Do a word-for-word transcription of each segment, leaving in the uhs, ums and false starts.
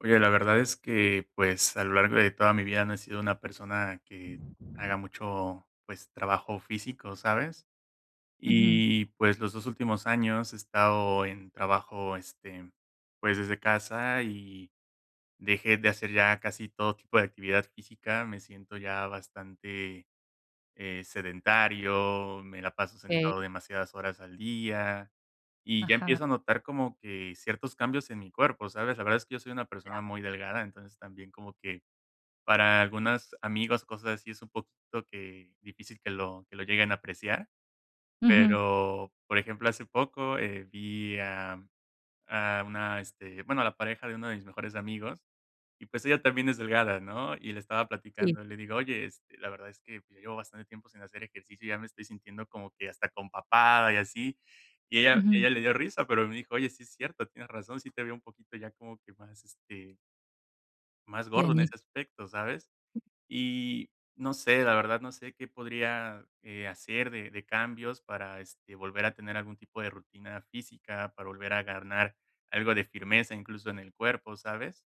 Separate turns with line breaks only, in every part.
Oye, la verdad es que, pues, a lo largo de toda mi vida no he sido una persona que haga mucho, pues, trabajo físico, ¿sabes?
Ujú.
Y, pues, los dos últimos años he estado en trabajo, este, pues, desde casa y dejé de hacer ya casi todo tipo de actividad física. Me siento ya bastante, eh, sedentario, me la paso
Okey.
sentado demasiadas horas al día, y ya
Ajá.
empiezo a notar como que ciertos cambios en mi cuerpo, ¿sabes? La verdad es que yo soy una persona muy delgada, entonces también como que para algunas amigos, cosas así, es un poquito que difícil que lo que lo lleguen a apreciar,
Ujú.
pero, por ejemplo, hace poco, eh, vi a a una, este, bueno, a la pareja de uno de mis mejores amigos, y pues ella también es delgada, ¿no? Y le estaba
Sí.
platicando, le digo, oye, este, la verdad es que pues, yo llevo bastante tiempo sin hacer ejercicio, ya me estoy sintiendo como que hasta compapada y así. Y ella,
Ujú.
ella le dio risa, pero me dijo, oye, sí es cierto, tienes razón, sí te veo un poquito ya como que más, este, más gordo en ese
Llenito,
aspecto, ¿sabes? Y no sé, la verdad no sé qué podría, eh, hacer de de cambios para, este, volver a tener algún tipo de rutina física, para volver a ganar algo de firmeza, incluso en el cuerpo, ¿sabes?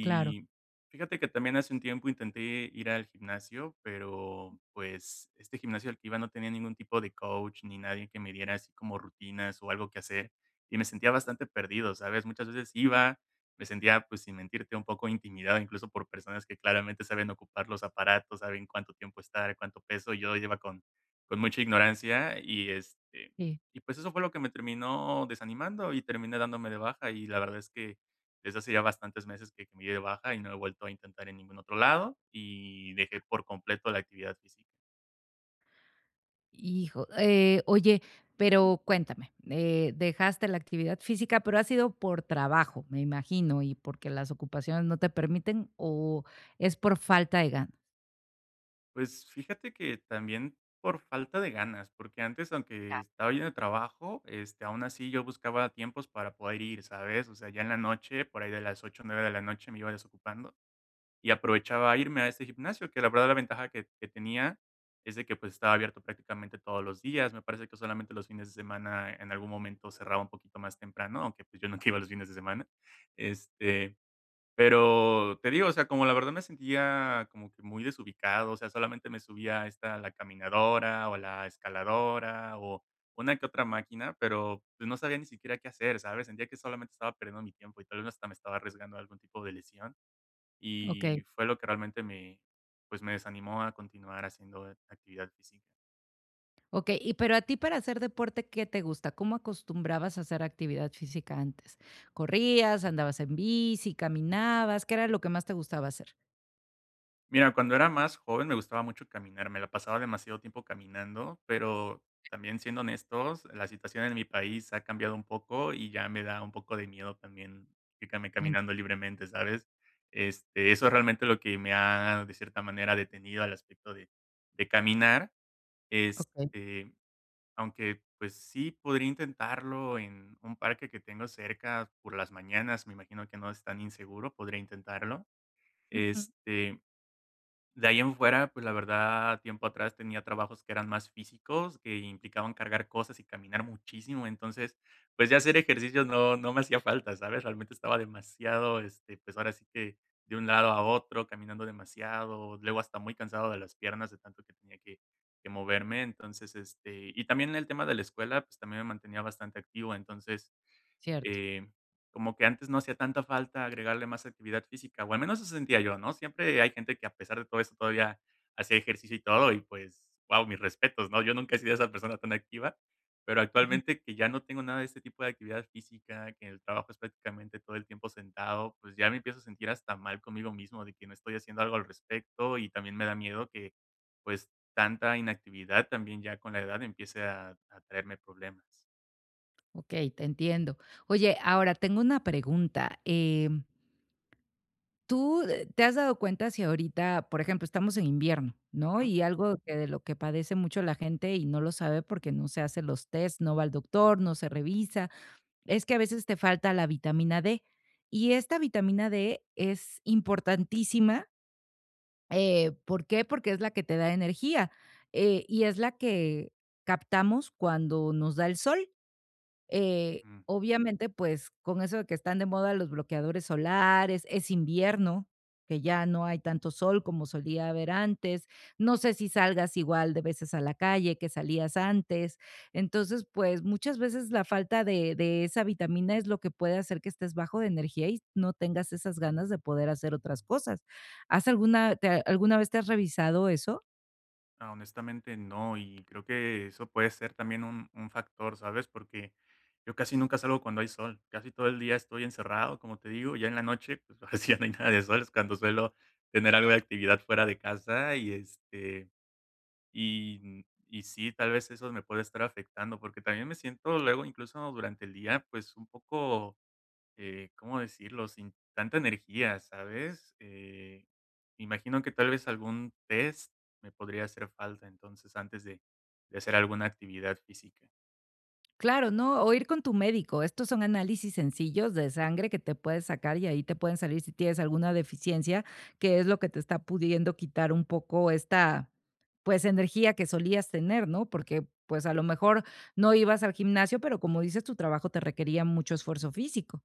claro.
fíjate que también hace un tiempo intenté ir al gimnasio, pero pues este gimnasio al que iba no tenía ningún tipo de coach ni nadie que me diera así como rutinas o algo que hacer. Y me sentía bastante perdido, ¿sabes? Muchas veces iba, me sentía, pues sin mentirte, un poco intimidado incluso por personas que claramente saben ocupar los aparatos, saben cuánto tiempo estar, cuánto peso. Yo lleva con, con mucha ignorancia y este...
Sí.
Y pues eso fue lo que me terminó desanimando y terminé dándome de baja y la verdad es que desde hace ya bastantes meses que que me di de baja y no he vuelto a intentar en ningún otro lado, y dejé por completo la actividad física.
Hijo, eh, oye, pero cuéntame, eh, dejaste la actividad física, pero ha sido por trabajo, me imagino, y porque las ocupaciones no te permiten, ¿o es por falta de ganas?
Pues, fíjate que también por falta de ganas, porque antes, aunque
Ya.
estaba lleno de trabajo, este, aún así yo buscaba tiempos para poder ir, ¿sabes? O sea, ya en la noche, por ahí de las ocho, nueve de la noche me iba desocupando y aprovechaba irme a ese gimnasio, que la verdad la ventaja que que tenía es de que, pues, estaba abierto prácticamente todos los días. Me parece que solamente los fines de semana en algún momento cerraba un poquito más temprano, aunque, pues, yo nunca iba los fines de semana. Este, pero te digo, o sea, como la verdad me sentía como que muy desubicado, o sea, solamente me subía a esta, a la caminadora o a la escaladora o una que otra máquina, pero, pues, no sabía ni siquiera qué hacer, ¿sabes? Sentía que solamente estaba perdiendo mi tiempo y tal vez hasta me estaba arriesgando a algún tipo de lesión. Y
Okey.
fue lo que realmente me, pues, me desanimó a continuar haciendo actividad física.
Okey, y pero a ti para hacer deporte, ¿qué te gusta? ¿Cómo acostumbrabas a hacer actividad física antes? ¿Corrías, andabas en bici, caminabas? ¿Qué era lo que más te gustaba hacer?
Mira, cuando era más joven me gustaba mucho caminar, me la pasaba demasiado tiempo caminando, pero también siendo honestos, la situación en mi país ha cambiado un poco y ya me da un poco de miedo también irme
En
caminando libremente, ¿sabes? Este, eso es realmente lo que me ha, de cierta manera, detenido al aspecto de, de caminar.
okey.
Este, Aunque, pues sí, podría intentarlo en un parque que tengo cerca por las mañanas, me imagino que no es tan inseguro, podría intentarlo.
Ujú.
Este, de ahí en fuera, pues, la verdad, tiempo atrás tenía trabajos que eran más físicos, que implicaban cargar cosas y caminar muchísimo. Entonces, pues, ya hacer ejercicios no no me hacía falta, ¿sabes? Realmente estaba demasiado, este, pues, ahora sí que de un lado a otro, caminando demasiado, luego hasta muy cansado de las piernas de tanto que tenía que que moverme. Entonces, este, y también el tema de la escuela, pues, también me mantenía bastante activo. Entonces,
Cierto.
eh como que antes no hacía tanta falta agregarle más actividad física, o al menos eso sentía yo, ¿no? Siempre hay gente que a pesar de todo eso todavía hacía ejercicio y todo, y pues, wow mis respetos, ¿no? Yo nunca he sido esa persona tan activa, pero actualmente que ya no tengo nada de este tipo de actividad física, que el trabajo es prácticamente todo el tiempo sentado, pues ya me empiezo a sentir hasta mal conmigo mismo de que no estoy haciendo algo al respecto y también me da miedo que, pues, tanta inactividad también ya con la edad empiece a a traerme problemas.
Okey, te entiendo. Oye, ahora tengo una pregunta, em, ¿tú eh, te has dado cuenta si ahorita, por ejemplo, estamos en invierno, ¿no? Y algo que de lo que padece mucho la gente y no lo sabe porque no se hace los test, no va al doctor, no se revisa, es que a veces te falta la vitamina de. Y esta vitamina de es importantísima, eh, ¿por qué? Porque es la que te da energía, eh, y es la que captamos cuando nos da el sol. Eh,
Ujú.
obviamente, pues, con eso de que están de moda los bloqueadores solares, es invierno, que ya no hay tanto sol como solía haber antes. No sé si salgas igual de veces a la calle que salías antes. Entonces, pues, muchas veces la falta de de esa vitamina es lo que puede hacer que estés bajo de energía y no tengas esas ganas de poder hacer otras cosas. ¿Has alguna te alguna vez te has revisado eso?
Ah, honestamente no, y creo que eso puede ser también un, un factor, ¿sabes? Porque yo casi nunca salgo cuando hay sol, casi todo el día estoy encerrado, como te digo, ya en la noche, pues ahora sí ya no hay nada de sol, es cuando suelo tener algo de actividad fuera de casa y este, y, y sí, tal vez eso me puede estar afectando, porque también me siento luego, incluso durante el día, pues un poco eh, ¿cómo decirlo? Sin tanta energía, ¿sabes? Eh, imagino que tal vez algún test me podría hacer falta entonces antes de, de hacer alguna actividad física.
Claro, ¿no? O ir con tu médico. Estos son análisis sencillos de sangre que te puedes sacar y ahí te pueden salir si tienes alguna deficiencia, que es lo que te está pudiendo quitar un poco esta, pues, energía que solías tener, ¿no? Porque, pues, a lo mejor no ibas al gimnasio, pero como dices, tu trabajo te requería mucho esfuerzo físico.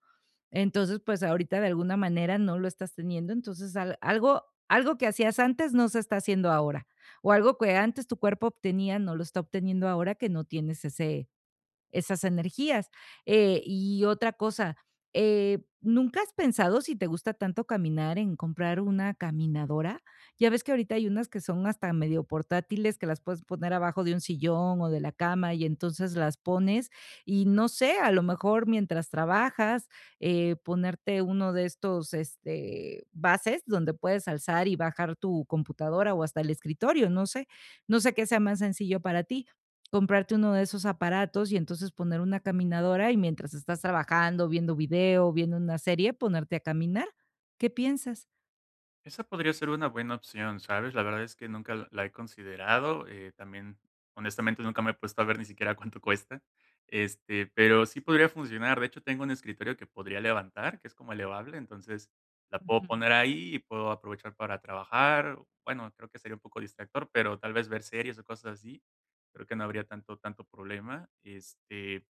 Entonces, pues, ahorita de alguna manera no lo estás teniendo. Entonces, al- algo, algo que hacías antes no se está haciendo ahora. O algo que antes tu cuerpo obtenía no lo está obteniendo ahora que no tienes ese esas energías. Eh, y otra cosa, eh, ¿nunca has pensado si te gusta tanto caminar en comprar una caminadora? Ya ves que ahorita hay unas que son hasta medio portátiles, que las puedes poner abajo de un sillón o de la cama y entonces las pones y no sé, a lo mejor mientras trabajas, eh, ponerte uno de estos este, bases donde puedes alzar y bajar tu computadora o hasta el escritorio, no sé, no sé qué sea más sencillo para ti, comprarte uno de esos aparatos y entonces poner una caminadora y mientras estás trabajando, viendo video, viendo una serie, ponerte a caminar. ¿Qué piensas?
Esa podría ser una buena opción, ¿sabes? La verdad es que nunca la la he considerado, eh, también, honestamente, nunca me he puesto a ver ni siquiera cuánto cuesta, este, pero sí podría funcionar. De hecho, tengo un escritorio que podría levantar, que es como elevable, entonces la
Ujú,
puedo poner ahí y puedo aprovechar para trabajar. Bueno, creo que sería un poco distractor, pero tal vez ver series o cosas así, creo que no habría tanto, tanto problema. Este,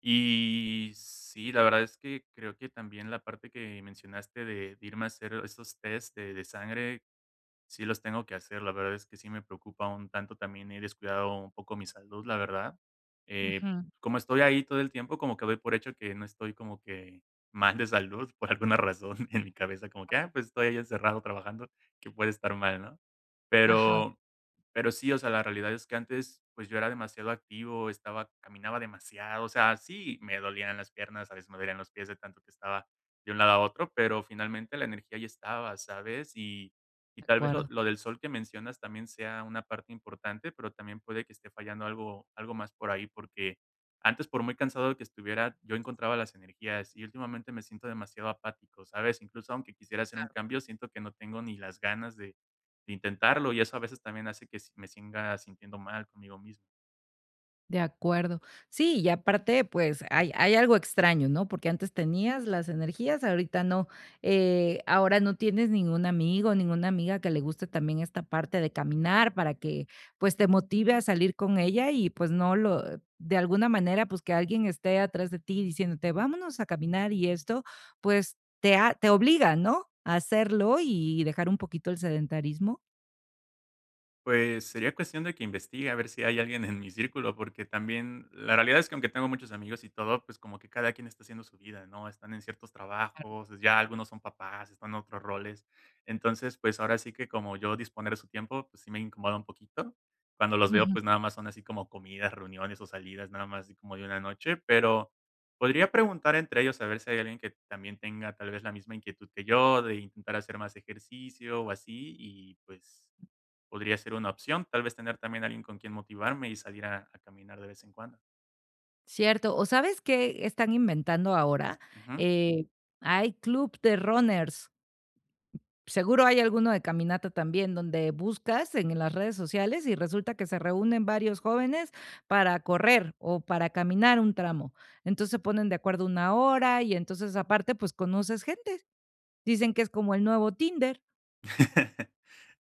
y sí, la verdad es que creo que también la parte que mencionaste de de irme a hacer esos test de de sangre, sí los tengo que hacer. La verdad es que sí me preocupa un tanto, también he descuidado un poco mi salud, la verdad. Eh,
ujú.
como estoy ahí todo el tiempo, como que doy por hecho que no estoy como que mal de salud por alguna razón en mi cabeza, como que, ah, pues estoy ahí encerrado trabajando, que puede estar mal, ¿no?
Ajá,
Pero pero sí, o sea, la realidad es que antes, pues, yo era demasiado activo, estaba caminaba demasiado, o sea, sí, me dolían las piernas, a veces me dolían los pies de tanto que estaba de un lado a otro, pero finalmente la energía ya estaba, ¿sabes? Y y
de
tal vez lo
acuerdo.
lo del sol que mencionas también sea una parte importante, pero también puede que esté fallando algo algo más por ahí, porque antes, por muy cansado que estuviera, yo encontraba las energías y últimamente me siento demasiado apático, ¿sabes? Incluso aunque quisiera hacer un cambio, siento que no tengo ni las ganas de intentarlo, y eso a veces también hace que si me siga sintiendo mal conmigo mismo.
De acuerdo. Sí, y aparte, pues, hay hay algo extraño, ¿no? Porque antes tenías las energías, ahorita no. Eh, ahora no tienes ningún amigo, ninguna amiga que le guste también esta parte de caminar para que, pues, te motive a salir con ella y, pues, no lo de alguna manera, pues, que alguien esté atrás de ti diciéndote: "Vámonos a caminar", y esto, pues, te ha te obliga, ¿no?, a hacerlo y dejar un poquito el sedentarismo.
Pues, sería cuestión de que investigue a ver si hay alguien en mi círculo, porque también la realidad es que aunque tengo muchos amigos y todo, pues, como que cada quien está haciendo su vida, ¿no? Están en ciertos
Claro.
trabajos, ya algunos son papás, están en otros roles. Entonces, pues, ahora sí que como yo disponer de su tiempo, pues, sí me incomoda un poquito. Cuando los veo, pues, nada más son así como comidas, reuniones o salidas, nada más así como de una noche, pero podría preguntar entre ellos a ver si hay alguien que también tenga tal vez la misma inquietud que yo de intentar hacer más ejercicio o así y, pues podría ser una opción, tal vez tener también alguien con quien motivarme y salir a a caminar de vez en cuando.
Cierto, o, ¿sabes qué están inventando ahora?
Ujú.
Eh, Hay club de runners, seguro hay alguno de caminata también, donde buscas en las redes sociales y resulta que se reúnen varios jóvenes para correr o para caminar un tramo. Entonces, se ponen de acuerdo una hora y entonces aparte, pues, conoces gente. Dicen que es como el nuevo Tinder.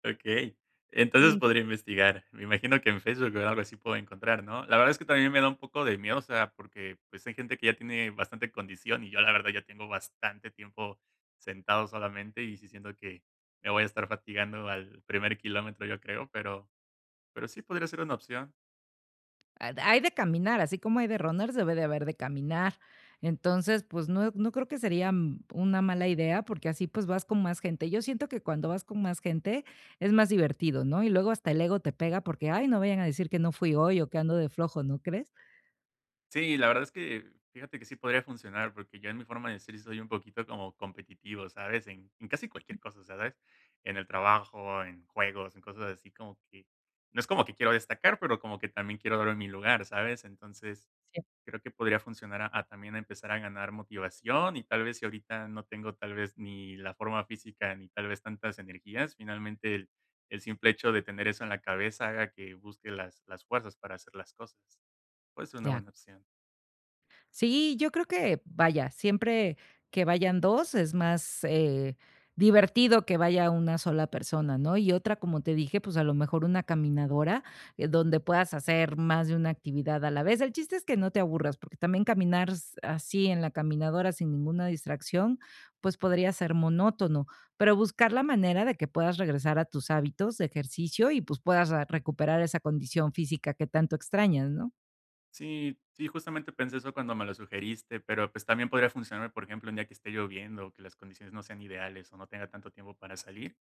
Okey. Entonces podría investigar. Me imagino que en Facebook o algo así puedo encontrar, ¿no? La verdad es que también me da un poco de miedo, o sea, porque, pues, hay gente que ya tiene bastante condición y yo, la verdad, ya tengo bastante tiempo sentado solamente y sí siento que me voy a estar fatigando al primer kilómetro, yo creo, pero pero sí podría ser una opción.
Ah, hay de caminar, así como hay de runners, debe de haber de caminar. Entonces, pues, no no creo que sería, mm, una mala idea, porque así, pues, vas con más gente. Yo siento que cuando vas con más gente es más divertido, ¿no? Y luego hasta el ego te pega porque: "Ay, no vayan a decir que no fui hoy o que ando de flojo", ¿no crees?
Sí, la verdad es que fíjate que sí podría funcionar, porque yo en mi forma de ser sí soy un poquito como competitivo, ¿sabes? En, en casi cualquier cosa, o sea, ¿sabes? En el trabajo, en juegos, en cosas así, como que no es como que quiero destacar, pero como que también quiero dar mi lugar, ¿sabes? Entonces,
Sí.
creo que podría funcionar a, a también a empezar a ganar motivación y tal vez si ahorita no tengo tal vez ni la forma física ni tal vez tantas energías, finalmente el, el simple hecho de tener eso en la cabeza haga que busque las, las fuerzas para hacer las cosas. Puede ser
De
una buena opción.
sí, yo creo que, vaya, siempre que vayan dos es más, eh, divertido que vaya una sola persona, ¿no? Y otra, como te dije, pues, a lo mejor una caminadora, eh, donde puedas hacer más de una actividad a la vez. El chiste es que no te aburras, porque también caminar s así en la caminadora sin ninguna distracción, pues, podría ser monótono, pero buscar la manera de que puedas regresar a tus hábitos de ejercicio y, pues, puedas a recuperar esa condición física que tanto extrañas, ¿no?
Sí, sí, justamente pensé eso cuando me lo sugeriste, pero pues también podría funcionarme, por ejemplo, un día que esté lloviendo o que las condiciones no sean ideales o no tenga tanto tiempo para salir.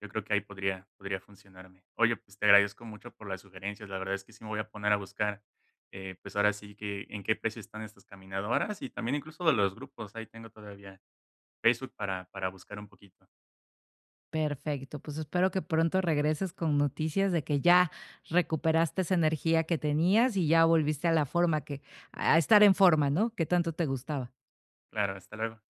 Yo creo que ahí podría, podría funcionarme. Oye, pues te agradezco mucho por las sugerencias. La verdad es que sí me voy a poner a buscar, eh, pues ahora sí que en qué precio están estas caminadoras y también incluso de los grupos. Ahí tengo todavía Facebook para, para buscar un poquito.
Perfecto, pues espero que pronto regreses con noticias de que ya recuperaste esa energía que tenías y ya volviste a la forma que a estar en forma, ¿no? Que tanto te gustaba.
Claro, hasta luego.